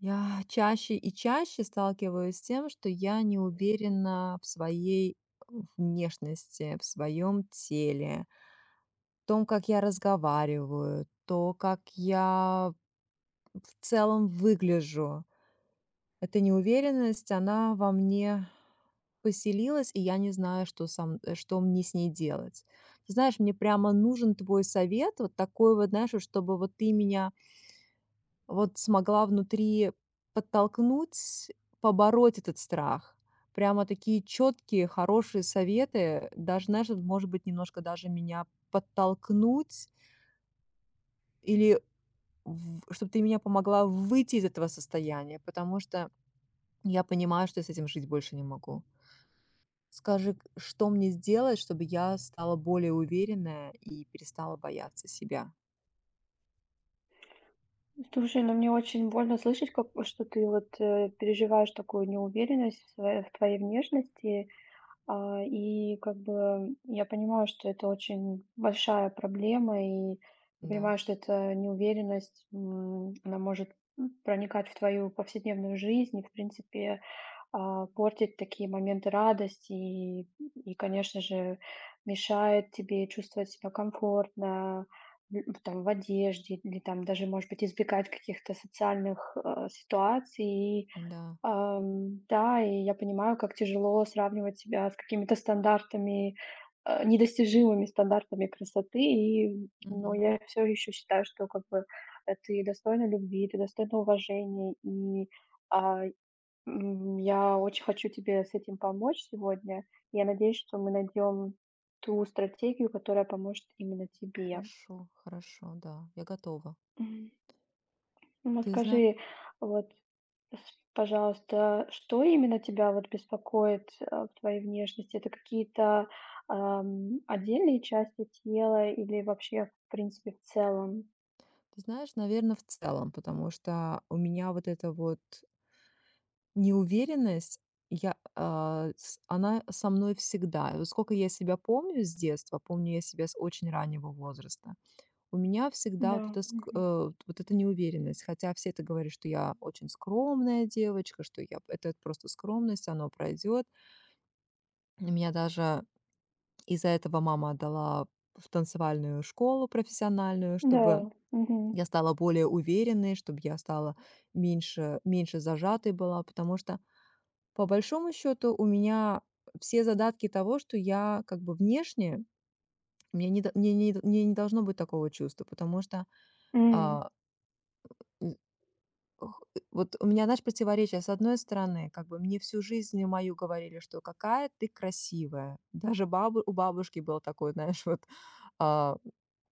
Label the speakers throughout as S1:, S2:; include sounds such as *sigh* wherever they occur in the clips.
S1: Я чаще и чаще сталкиваюсь с тем, что я не уверена в своей внешности, в своем теле, в том, как я разговариваю, то, как я в целом выгляжу. Эта неуверенность, она во мне поселилась, и я не знаю, что мне с ней делать. Ты знаешь, мне прямо нужен твой совет, вот такой вот, знаешь, вот чтобы вот ты меня Вот смогла внутри подтолкнуть, побороть этот страх. Прямо такие четкие хорошие советы, даже, знаешь, вот, может быть, немножко даже меня подтолкнуть или чтобы ты меня помогла выйти из этого состояния, потому что я понимаю, что я с этим жить больше не могу. Скажи, к что мне сделать, чтобы я стала более уверенная и перестала бояться себя?
S2: Слушай, ну мне очень больно слышать, что ты переживаешь такую неуверенность в в твоей внешности. И как бы я понимаю, что это очень большая проблема, и я
S1: Да,
S2: понимаю, что эта неуверенность, она может проникать в твою повседневную жизнь и, в принципе, портит такие моменты радости и, конечно же, мешает тебе чувствовать себя комфортно, там, в одежде или там даже, может быть, избегать каких-то социальных ситуаций.
S1: да,
S2: Да, и я понимаю, как тяжело сравнивать себя с какими-то стандартами, недостижимыми стандартами красоты. И, но
S1: мгм.
S2: я все еще считаю, что ты достойна любви, ты достойна уважения. А, я очень хочу тебе с этим помочь сегодня. Я надеюсь, что мы найдем ту стратегию, которая поможет именно тебе.
S1: Хорошо, хорошо, да, я готова.
S2: Мгм. Ну вот
S1: Ты зна
S2: скажи, вот, э, с пожалуйста, что именно тебя вот беспокоит, в твоей внешности? Это какие-то отдельные части тела или вообще, в принципе, в целом?
S1: Ты знаешь, наверное, в целом, потому что у меня вот эта вот неуверенность, я, а, с она со мной всегда. И вот сколько я себя помню с детства, помню я себя с очень раннего возраста, у меня всегда
S2: Да,
S1: вот эта ск
S2: мгм.
S1: э, вот эта неуверенность. Хотя все это говорят, что я очень скромная девочка, что я это просто скромность, оно пройдет. Меня даже из-за этого мама отдала в танцевальную школу профессиональную,
S2: Да,
S1: чтобы
S2: мгм.
S1: я стала более уверенной, чтобы я стала меньше зажатой была, потому что, по большому счету, у меня все задатки того, что я как бы внешне, мне не до мне не должно быть такого чувства, потому что,
S2: М,
S1: а, м, х вот у меня, знаешь, противоречие. С одной стороны, как бы мне всю жизнь мою говорили, что: "Какая ты красивая". Даже бабу у бабушки был такой, *laughs* знаешь, вот, а,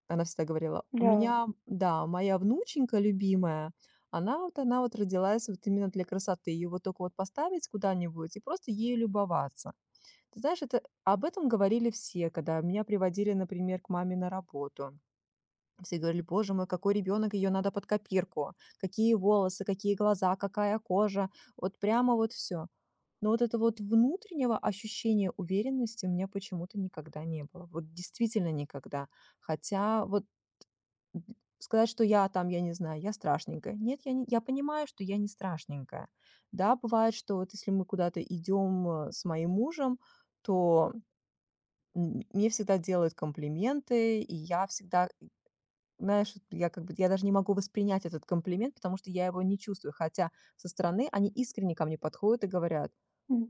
S1: она всегда говорила: "У
S2: да,
S1: меня, да, моя внученька любимая, она вот родилась вот именно для красоты. Ее вот только вот поставить куда-нибудь и просто ею любоваться". Ты знаешь, это об этом говорили все, когда меня приводили, например, к маме на работу. Все говорили: "Боже мой, какой ребенок, ее надо под копирку. Какие волосы, какие глаза, какая кожа". Вот прямо вот все. Но вот это вот, внутреннего ощущения уверенности у меня почему-то никогда не было. Вот действительно никогда. Хотя вот Д сказать, что я там, я не знаю, я страшненькая. Нет, я понимаю, что я не страшненькая. Да, бывает, что вот если мы куда-то идем, с моим мужем, то мне всегда делают комплименты, и я всегда, знаешь, вот я как бы я даже не могу воспринять этот комплимент, потому что я его не чувствую, хотя со стороны они искренне ко мне подходят и говорят:
S2: м,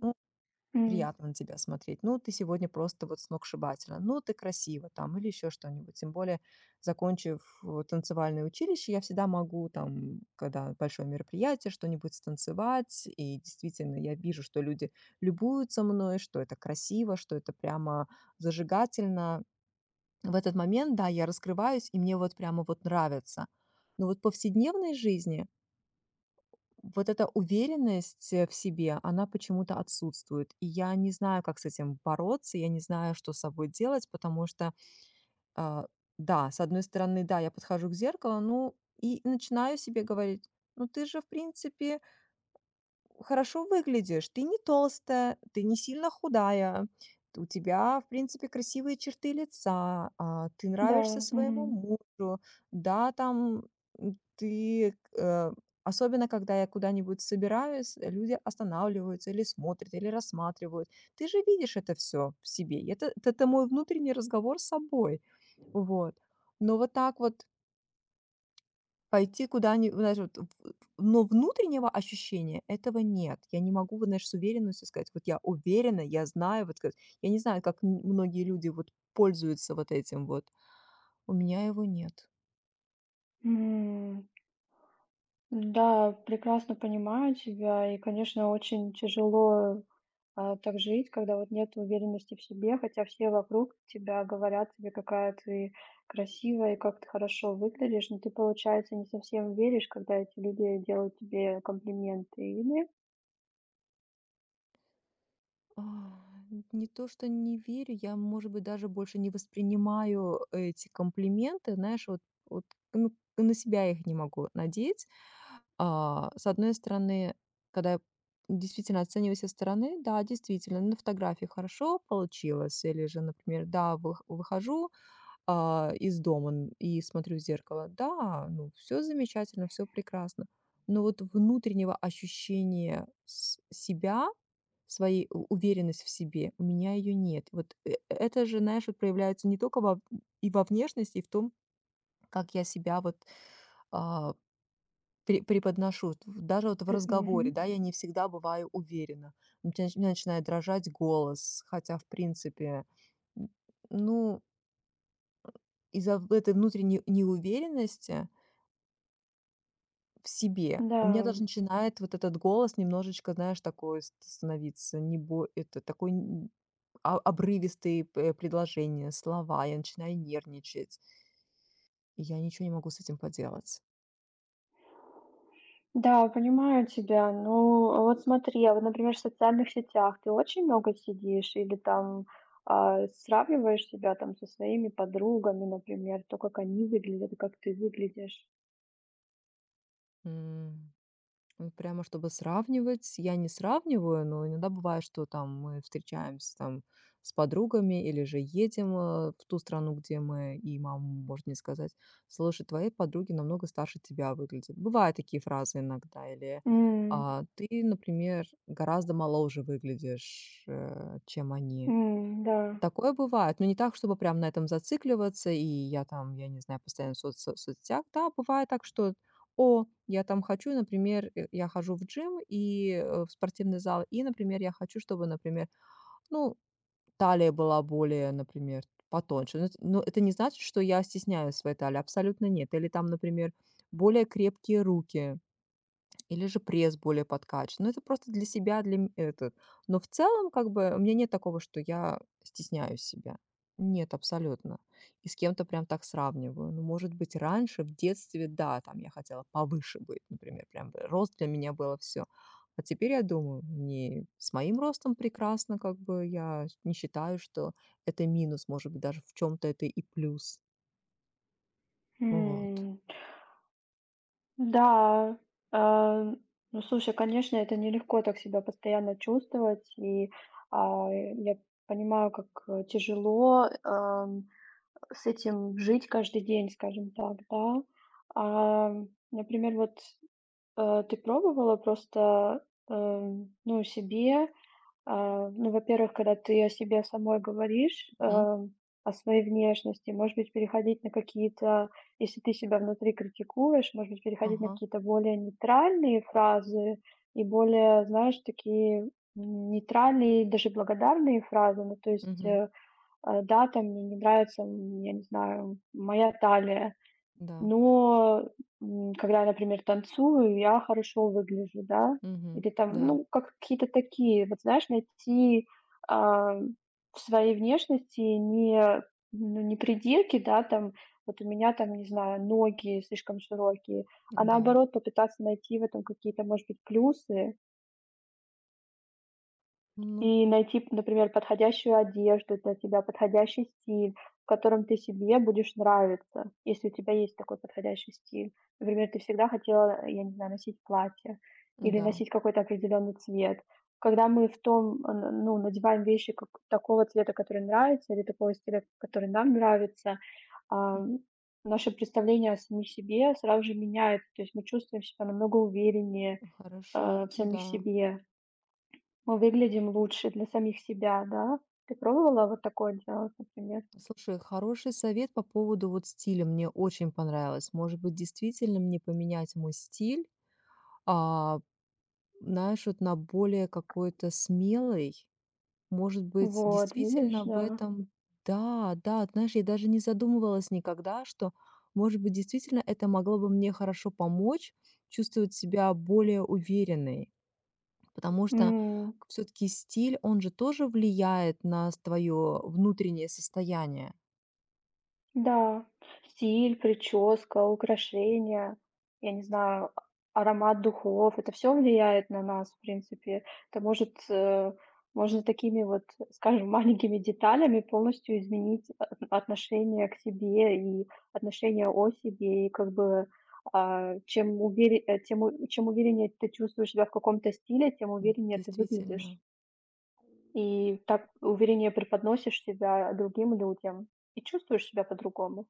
S2: м,
S1: "Приятно на тебя смотреть. Ну, ты сегодня просто вот сногсшибательно. Ну, ты красива", там, или еще что-нибудь. Тем более, закончив танцевальное училище, я всегда могу там, когда большое мероприятие, что-нибудь станцевать. И действительно, я вижу, что люди любуются мной, что это красиво, что это прямо зажигательно. В этот момент, да, я раскрываюсь, и мне вот прямо вот нравится. Но вот в повседневной жизни вот эта уверенность, в себе, она почему-то отсутствует. И я не знаю, как с этим бороться, я не знаю, что с собой делать, потому что, а, да, с одной стороны, да, я подхожу к зеркалу, ну, и начинаю себе говорить: "Ну, ты же, в принципе, хорошо выглядишь. Ты не толстая, ты не сильно худая, у тебя, в принципе, красивые черты лица, ты
S2: да,
S1: нравишься своему
S2: мгм.
S1: мужу, да, там, м, ты, э, особенно когда я куда-нибудь собираюсь, люди останавливаются или смотрят, или рассматривают. Ты же видишь это все в себе. И это мой внутренний разговор с собой. Вот. Но вот так вот пойти куда-нибудь, знаешь, вот в но внутреннего ощущения этого нет. Я не могу, вот, знаешь, с уверенностью сказать: "Вот я уверена, я знаю". Вот как я не знаю, как многие люди вот пользуются вот этим вот. У меня его нет.
S2: М. Да, прекрасно понимаю тебя, и, конечно, очень тяжело, так жить, когда вот нет уверенности в себе, хотя все вокруг тебя говорят тебе, какая ты красивая и как ты хорошо выглядишь, но ты, получается, не совсем веришь, когда эти люди делают тебе комплименты, или?
S1: А, не то, что не верю, я, может быть, даже больше не воспринимаю эти комплименты, знаешь, вот, ну, на себя их не могу надеть. А, с одной стороны, когда я действительно оцениваю со стороны, да, действительно, на фотографии хорошо получилось, или же, например, да, выхожу, из дома и смотрю в зеркало. Да, ну все замечательно, все прекрасно. Но вот внутреннего ощущения себя, своей уверенность в себе, у меня ее нет. Вот это же, знаешь, вот проявляется не только во внешности, и в том, как я себя вот а, преподношу. Вот даже вот в
S2: Ты мгм.
S1: разговоре, да, я не всегда бываю уверена. У меня начинает дрожать голос, хотя, в принципе, м, ну, из-за в этой внутренней неуверенности в себе
S2: Да.
S1: у меня даже начинает вот этот голос немножечко, знаешь, такой ст становиться, не бо, это такой н, а обрывистые п предложения, слова. Я начинаю нервничать, и я ничего не могу с этим поделать.
S2: Да, понимаю тебя. Ну, а вот смотри, а вот, например, в социальных сетях ты очень много сидишь или там сравниваешь себя там со своими подругами, например, то, как они выглядят, и как ты выглядишь?
S1: М. Ну, прямо чтобы сравнивать, я не сравниваю, но иногда бывает, что там мы встречаемся там с подругами или же едем в ту страну, где мы, и мама может мне сказать: "Слушай, твои подруги намного старше тебя выглядят". Бывают такие фразы иногда, или,
S2: М,
S1: ты, например, гораздо моложе выглядишь, чем они.
S2: м, да,
S1: Такое бывает, но не так, чтобы прям на этом зацикливаться, и я там, я не знаю, постоянно в соцсетях. Да, бывает так, что, я там хочу, например, я хожу в джим, и в спортивный зал, и, например, я хочу, чтобы, например, ну, талия была более, например, потоньше. Но это не значит, что я стесняюсь своей талии, абсолютно нет. Или там, например, более крепкие руки, или же пресс более подкачан. Ну, это просто для себя, для этот. Но в целом, как бы, у меня нет такого, что я стесняюсь себя. Нет, абсолютно. И с кем-то прям так сравниваю. Ну, может быть, раньше, в детстве, да, там я хотела повыше быть, например, прям бы рост для меня было все. А теперь я думаю: "Не, с моим ростом прекрасно, как бы я не считаю, что это минус, может быть, даже в чем то это и плюс". Вот.
S2: м. Да, а, ну слушай, конечно, это нелегко так себя постоянно чувствовать, и я понимаю, как тяжело. С этим жить каждый день, скажем так, да. А, Например, ты пробовала эм, ну, себе, ну, во-первых, когда ты о себе самой говоришь,
S1: Мгм.
S2: эм, о своей внешности, может быть, переходить на какие-то, если ты себя внутри критикуешь, может быть, переходить на
S1: Ага.
S2: какие-то более нейтральные фразы и более, знаешь, такие нейтральные, даже благодарные фразы. Ну, то есть,
S1: Мгм.
S2: да, там мне не нравится, я не знаю, моя талия,
S1: Да.
S2: но когда я, например, танцую, я хорошо выгляжу, да.
S1: Мгм.
S2: Или там,
S1: Да.
S2: ну, как какие-то такие, вот знаешь, найти, а, в своей внешности не, ну, не придирки, да, там, вот у меня там, не знаю, ноги слишком широкие, а
S1: Да.
S2: наоборот попытаться найти в этом какие-то, может быть, плюсы.
S1: Ну
S2: И найти, например, подходящую одежду для тебя, подходящий стиль, в котором ты себе будешь нравиться. Если у тебя есть такой подходящий стиль. Например, ты всегда хотела, я не знаю, носить платье или
S1: да,
S2: носить какой-то определенный цвет. Когда мы в том, э, н ну, надеваем вещи как такого цвета, который нравится, или такого стиля, который нам нравится,
S1: мгм.
S2: ам, наше представление о самих себе сразу же меняется. То есть мы чувствуем себя намного увереннее, э,
S1: Хорошо,
S2: в самих
S1: да.
S2: себе. Мы выглядим лучше для самих себя, да? Ты пробовала вот такое делать, например?
S1: Слушай, хороший совет по поводу вот стиля мне очень понравилось. Может быть, действительно мне поменять мой стиль, а, знаешь, вот на более какой-то смелый. Может быть,
S2: Вот, видишь,
S1: действительно в
S2: да.
S1: этом. Да, да, знаешь, я даже не задумывалась никогда, что, может быть, действительно это могло бы мне хорошо помочь чувствовать себя более уверенной. Потому что
S2: М.
S1: все таки стиль, он же тоже влияет на твое внутреннее состояние.
S2: Да, стиль, прическа, украшения, я не знаю, аромат духов- это все влияет на нас, в принципе. Это можно такими вот, скажем, *laughs* маленькими деталями полностью изменить от отношение к себе и отношение о себе. И как бы, чем увери э, тем у чем увереннее ты чувствуешь себя в каком-то стиле, тем
S1: М,
S2: увереннее ты выглядишь.
S1: действительно.
S2: И так увереннее преподносишь себя другим людям, и чувствуешь себя по-другому.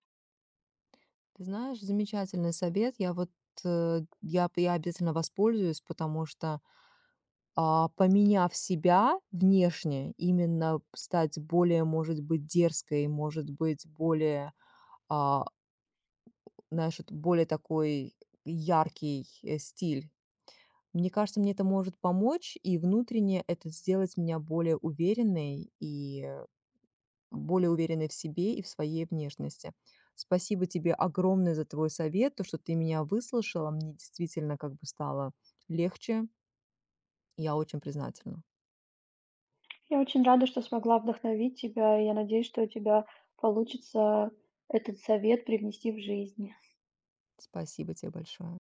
S1: Ты знаешь, замечательный совет. Я вот, э, я обязательно воспользуюсь, потому что, поменяв себя внешне, именно стать более, может быть, дерзкой, может быть, более, а, знаешь, вот более такой яркий, стиль. Мне кажется, мне это может помочь, и внутренне это сделать меня более уверенной и более уверенной в себе и в своей внешности. Спасибо тебе огромное за твой совет, то, что ты меня выслушала. Мне действительно как бы стало легче. Я очень признательна.
S2: Я очень рада, что смогла вдохновить тебя, и я надеюсь, что у тебя получится этот совет привнести в жизнь.
S1: Спасибо тебе большое.